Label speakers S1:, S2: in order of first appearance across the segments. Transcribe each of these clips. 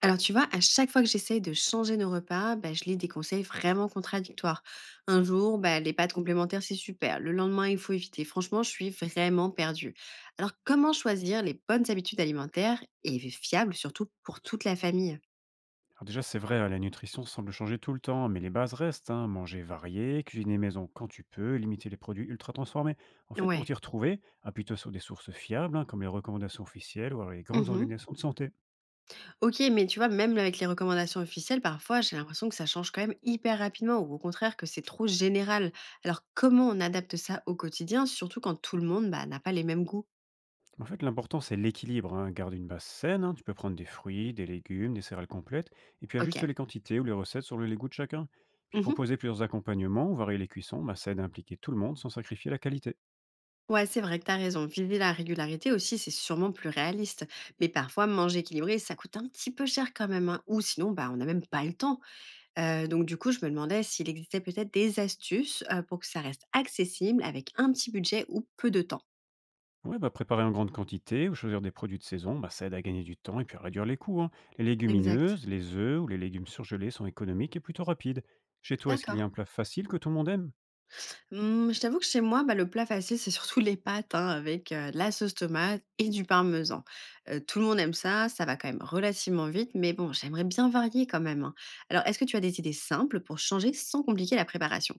S1: Alors tu vois, à chaque fois que j'essaye de changer nos repas, je lis des conseils vraiment contradictoires. Un jour, les pâtes complémentaires, c'est super. Le lendemain, il faut éviter. Franchement, je suis vraiment perdue. Alors comment choisir les bonnes habitudes alimentaires et fiables, surtout pour toute la famille?
S2: Alors déjà, c'est vrai, hein, la nutrition semble changer tout le temps, mais les bases restent, hein. Manger varié, cuisiner maison quand tu peux, limiter les produits ultra transformés. En fait, pour
S1: Ouais.
S2: t'y retrouver, appuie-toi sur des sources fiables, hein, comme les recommandations officielles ou alors les grandes
S1: Mhm.
S2: organisations de santé.
S1: Ok, mais tu vois, même avec les recommandations officielles, parfois j'ai l'impression que ça change quand même hyper rapidement, ou au contraire que c'est trop général. Alors comment on adapte ça au quotidien, surtout quand tout le monde n'a pas les mêmes goûts?
S2: En fait, l'important, c'est l'équilibre, hein. Garde une base saine, hein, tu peux prendre des fruits, des légumes, des céréales complètes, et puis
S1: Ok.
S2: ajuste les quantités ou les recettes sur le les goûts de chacun. Puis
S1: Mhm.
S2: proposer plusieurs accompagnements ou varier les cuissons, bah, ça aide à impliquer tout le monde sans sacrifier la qualité.
S1: Ouais, c'est vrai que t'as raison. Viser la régularité aussi, c'est sûrement plus réaliste. Mais parfois, manger équilibré, ça coûte un petit peu cher quand même, hein. Ou sinon, on n'a même pas le temps. Donc, du coup, je me demandais s'il existait peut-être des astuces pour que ça reste accessible avec un petit budget ou peu de temps.
S2: Ouais, bah, préparer en grande quantité ou choisir des produits de saison, bah, ça aide à gagner du temps et puis à réduire les coûts, hein. Les
S1: Exact.
S2: légumineuses, les œufs ou les légumes surgelés sont économiques et plutôt rapides. Chez toi, est-ce qu'il y
S1: D'accord.
S2: a un plat facile que tout le monde aime?
S1: Mmh, je t'avoue que chez moi, le plat facile, c'est surtout les pâtes, hein, avec de la sauce tomate et du parmesan. Tout le monde aime ça, ça va quand même relativement vite, mais bon, j'aimerais bien varier quand même, hein. Alors, est-ce que tu as des idées simples pour changer sans compliquer la préparation?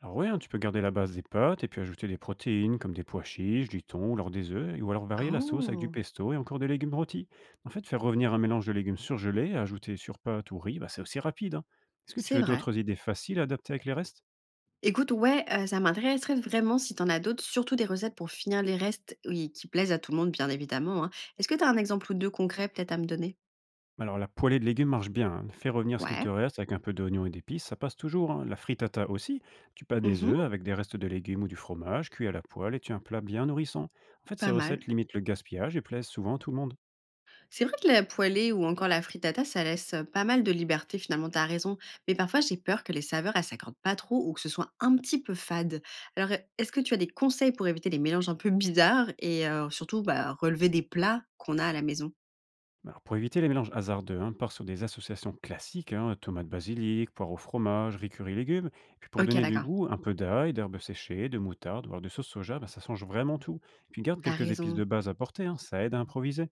S2: Alors ouais, hein, tu peux garder la base des pâtes et puis ajouter des protéines comme des pois chiches, du thon ou alors des œufs, ou alors varier la sauce avec du
S1: Oh!
S2: pesto et encore des légumes rôtis. En fait, faire revenir un mélange de légumes surgelés, ajouter sur pâtes ou riz, bah, c'est aussi rapide, hein. Est-ce que tu
S1: C'est
S2: veux
S1: vrai.
S2: d'autres idées faciles à adapter avec les restes?
S1: Écoute, ouais, ça m'intéresserait vraiment si t'en as d'autres, surtout des recettes pour finir les restes, oui, qui plaisent à tout le monde, bien évidemment, hein. Est-ce que t'as un exemple ou 2 concrets peut-être à me donner?
S2: Alors la poêlée de légumes marche bien, hein. Fais revenir ce qu'il te
S1: Ouais.
S2: reste avec un peu d'oignon et d'épices, ça passe toujours, hein. La frittata aussi, tu bats des
S1: Mmh.
S2: œufs avec des restes de légumes ou du fromage, cuit à la poêle et tu as un plat bien nourrissant. En fait, ces
S1: Pas mal.
S2: recettes limitent le gaspillage et plaisent souvent à tout le monde.
S1: C'est vrai que la poêlée ou encore la frittata, ça laisse pas mal de liberté finalement. T'as raison. Mais parfois, j'ai peur que les saveurs, elles s'accordent pas trop ou que ce soit un petit peu fade. Alors, est-ce que tu as des conseils pour éviter les mélanges un peu bizarres et, surtout relever des plats qu'on a à la maison?
S2: Alors pour éviter les mélanges hasardeux, hein, pars sur des associations classiques, hein, tomates basilic, poireaux au fromage, riz curry légumes. Et puis pour
S1: Ok,
S2: donner du
S1: d'accord,
S2: goût, un peu d'ail, d'herbes séchées, de moutarde, voire de sauce soja, bah, ça change vraiment tout. Et puis garde
S1: t'as
S2: quelques épices de
S1: raison.
S2: base à portée, hein, ça aide à improviser.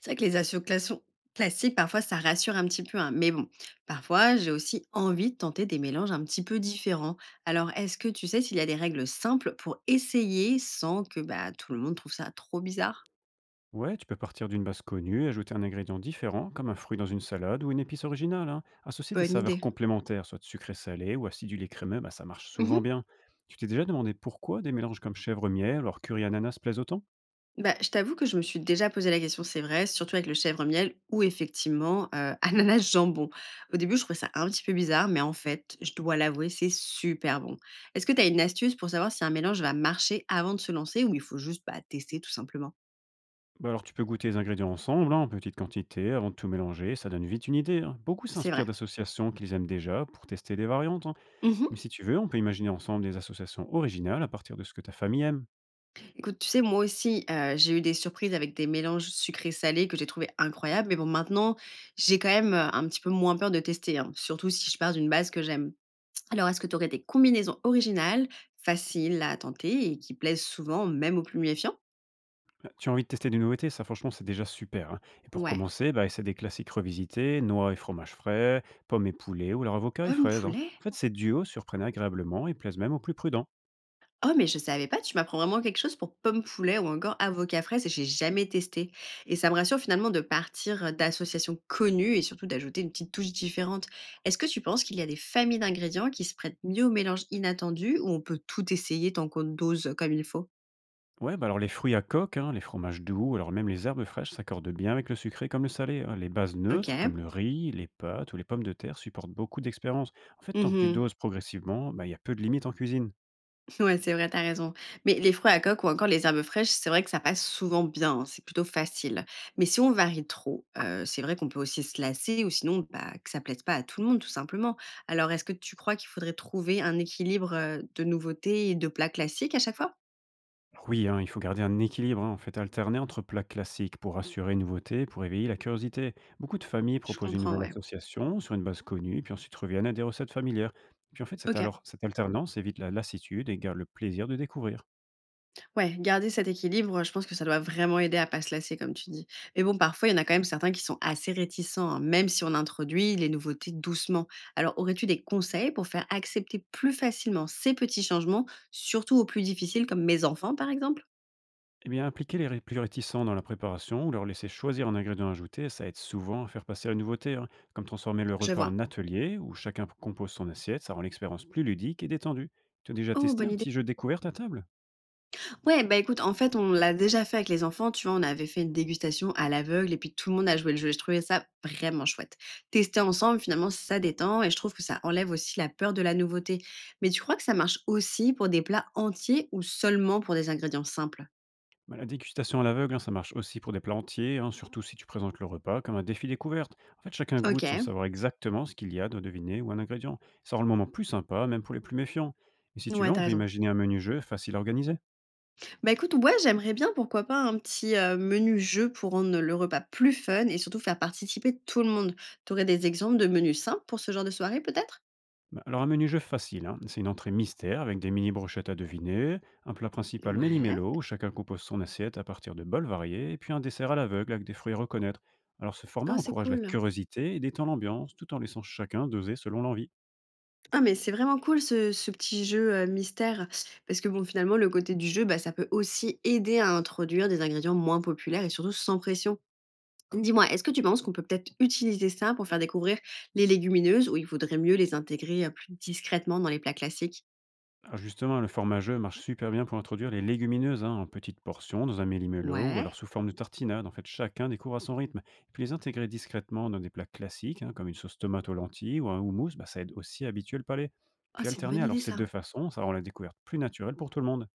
S1: C'est vrai que les associations classiques, parfois, ça rassure un petit peu, hein. Mais bon, parfois, j'ai aussi envie de tenter des mélanges un petit peu différents. Alors, est-ce que tu sais s'il y a des règles simples pour essayer sans que tout le monde trouve ça trop bizarre?
S2: Ouais, tu peux partir d'une base connue et ajouter un ingrédient différent, comme un fruit dans une salade ou une épice originale, hein. Associer des
S1: Bonne
S2: saveurs
S1: idée.
S2: complémentaires, soit sucré-salé ou acidulé crémeux, bah, ça marche
S1: Mmh.
S2: souvent bien. Tu t'es déjà demandé pourquoi des mélanges comme chèvre-miel, alors curry ananas plaisent autant?
S1: Bah, je t'avoue que je me suis déjà posé la question, c'est vrai, surtout avec le chèvre-miel ou effectivement, ananas jambon. Au début, je trouvais ça un petit peu bizarre, mais en fait, je dois l'avouer, c'est super bon. Est-ce que tu as une astuce pour savoir si un mélange va marcher avant de se lancer ou il faut juste, tester tout simplement?
S2: Alors tu peux goûter les ingrédients ensemble, hein, en petite quantité, avant de tout mélanger, ça donne vite une idée, hein. Beaucoup
S1: C'est
S2: s'inspirent
S1: vrai.
S2: d'associations qu'ils aiment déjà pour tester des variantes, hein.
S1: Mmh.
S2: Mais si tu veux, on peut imaginer ensemble des associations originales à partir de ce que ta famille aime.
S1: Écoute, tu sais, moi aussi, j'ai eu des surprises avec des mélanges sucrés salés que j'ai trouvé incroyables, mais bon, maintenant, j'ai quand même, un petit peu moins peur de tester, hein, surtout si je pars d'une base que j'aime. Alors, est-ce que tu aurais des combinaisons originales, faciles à tenter et qui plaisent souvent, même aux plus méfiants?
S2: Tu as envie de tester des nouveautés? Ça, franchement, c'est déjà super, hein. Et pour
S1: Ouais.
S2: commencer, bah, essaie des classiques revisités, noix et fromage frais, pommes et poulet, ou alors avocat et
S1: Pomme
S2: fraises, hein.
S1: poulet?
S2: En fait, ces duos surprennent agréablement et plaisent même aux plus prudents.
S1: Oh, mais je savais pas, tu m'apprends vraiment quelque chose pour pomme poulet ou encore avocat fraise, j'ai jamais testé. Et ça me rassure finalement de partir d'associations connues et surtout d'ajouter une petite touche différente. Est-ce que tu penses qu'il y a des familles d'ingrédients qui se prêtent mieux au mélange inattendu ou on peut tout essayer tant qu'on dose comme il faut?
S2: Ouais, bah alors les fruits à coque, hein, les fromages doux, alors même les herbes fraîches s'accordent bien avec le sucré comme le salé, hein. Les bases neutres,
S1: Ok.
S2: comme le riz, les pâtes ou les pommes de terre, supportent beaucoup d'expérience. En fait, tant que tu
S1: Mhm.
S2: doses progressivement, bah, il y a peu de limites en cuisine.
S1: Ouais, c'est vrai, t'as raison. Mais les fruits à coque ou encore les herbes fraîches, c'est vrai que ça passe souvent bien, hein, c'est plutôt facile. Mais si on varie trop, c'est vrai qu'on peut aussi se lasser ou sinon que ça plaise pas à tout le monde, tout simplement. Alors, est-ce que tu crois qu'il faudrait trouver un équilibre, de nouveautés et de plats classiques à chaque fois?
S2: Oui, hein, il faut garder un équilibre, hein, en fait, alterner entre plats classiques pour assurer une nouveauté, pour éveiller la curiosité. Beaucoup de familles
S1: Je
S2: proposent une
S1: comprends,
S2: nouvelle
S1: ouais.
S2: association sur une base connue, puis ensuite reviennent à des recettes familières. Puis en fait,
S1: Ok.
S2: cette alternance évite la lassitude et garde le plaisir de découvrir.
S1: Ouais, garder cet équilibre, je pense que ça doit vraiment aider à pas se lasser comme tu dis. Mais bon, parfois, il y en a quand même certains qui sont assez réticents, hein, même si on introduit les nouveautés doucement. Alors, aurais-tu des conseils pour faire accepter plus facilement ces petits changements, surtout aux plus difficiles comme mes enfants, par exemple?
S2: Eh bien, impliquer les plus réticents dans la préparation ou leur laisser choisir un ingrédient ajouté, ça aide souvent à faire passer la nouveauté, hein, comme transformer le
S1: Je
S2: repas
S1: vois.
S2: en atelier où chacun compose son assiette, ça rend l'expérience plus ludique et détendue. Tu as déjà
S1: Oh,
S2: testé
S1: bonne
S2: un
S1: idée.
S2: petit jeu de découverte à table?
S1: Ouais, écoute, en fait, on l'a déjà fait avec les enfants, tu vois? On avait fait une dégustation à l'aveugle et puis tout le monde a joué le jeu et je trouvais ça vraiment chouette. Tester ensemble, finalement, ça détend et je trouve que ça enlève aussi la peur de la nouveauté. Mais tu crois que ça marche aussi pour des plats entiers ou seulement pour des ingrédients simples?
S2: Bah, la dégustation à l'aveugle, hein, ça marche aussi pour des plats entiers, hein, surtout si tu présentes le repas comme un défi découverte. En fait, chacun goûte sans
S1: OK.
S2: savoir exactement ce qu'il y a de deviner ou un ingrédient. Ça rend le moment plus sympa, même pour les plus méfiants. Et si tu veux,
S1: Ouais, t'as
S2: on peut
S1: raison.
S2: imaginer un menu jeu facile à organiser.
S1: Bah, écoute, ouais, j'aimerais bien, pourquoi pas, un petit, menu jeu pour rendre le repas plus fun et surtout faire participer tout le monde. T'aurais des exemples de menus simples pour ce genre de soirée peut-être?
S2: Bah, alors un menu jeu facile, hein, c'est une entrée mystère avec des mini brochettes à deviner, un plat principal
S1: Ouais.
S2: méli-mélo où chacun compose son assiette à partir de bols variés, et puis un dessert à l'aveugle avec des fruits à reconnaître. Alors ce format
S1: Oh, c'est
S2: encourage la
S1: cool.
S2: curiosité et détend l'ambiance tout en laissant chacun doser selon l'envie.
S1: Ah mais c'est vraiment cool ce petit jeu, mystère, parce que bon, finalement, le côté du jeu, ça peut aussi aider à introduire des ingrédients moins populaires et surtout sans pression. Dis-moi, est-ce que tu penses qu'on peut peut-être utiliser ça pour faire découvrir les légumineuses ou il vaudrait mieux les intégrer, plus discrètement dans les plats classiques?
S2: Alors justement, le format jeu marche super bien pour introduire les légumineuses, hein, en petites portions dans un méli-mélo ou
S1: Ouais.
S2: alors sous forme de tartinade. En fait, chacun découvre à son rythme. Et puis les intégrer discrètement dans des plats classiques, hein, comme une sauce tomate aux lentilles ou un houmous, bah, ça aide aussi à habituer le palais.
S1: Oh,
S2: Puis
S1: c'est une bonne
S2: alterner alors
S1: idée
S2: ces
S1: ça.
S2: deux façons, ça rend la découverte plus naturelle pour tout le monde.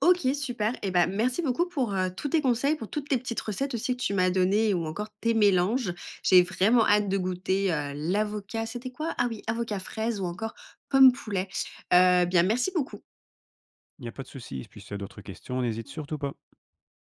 S1: OK, super. Et ben merci beaucoup pour, tous tes conseils, pour toutes tes petites recettes aussi que tu m'as données ou encore tes mélanges. J'ai vraiment hâte de goûter, l'avocat c'était quoi? Ah oui, avocat fraise ou encore pomme poulet. Bien merci beaucoup.
S2: Il n'y a pas de souci. Puis si tu as d'autres questions, n'hésite surtout pas.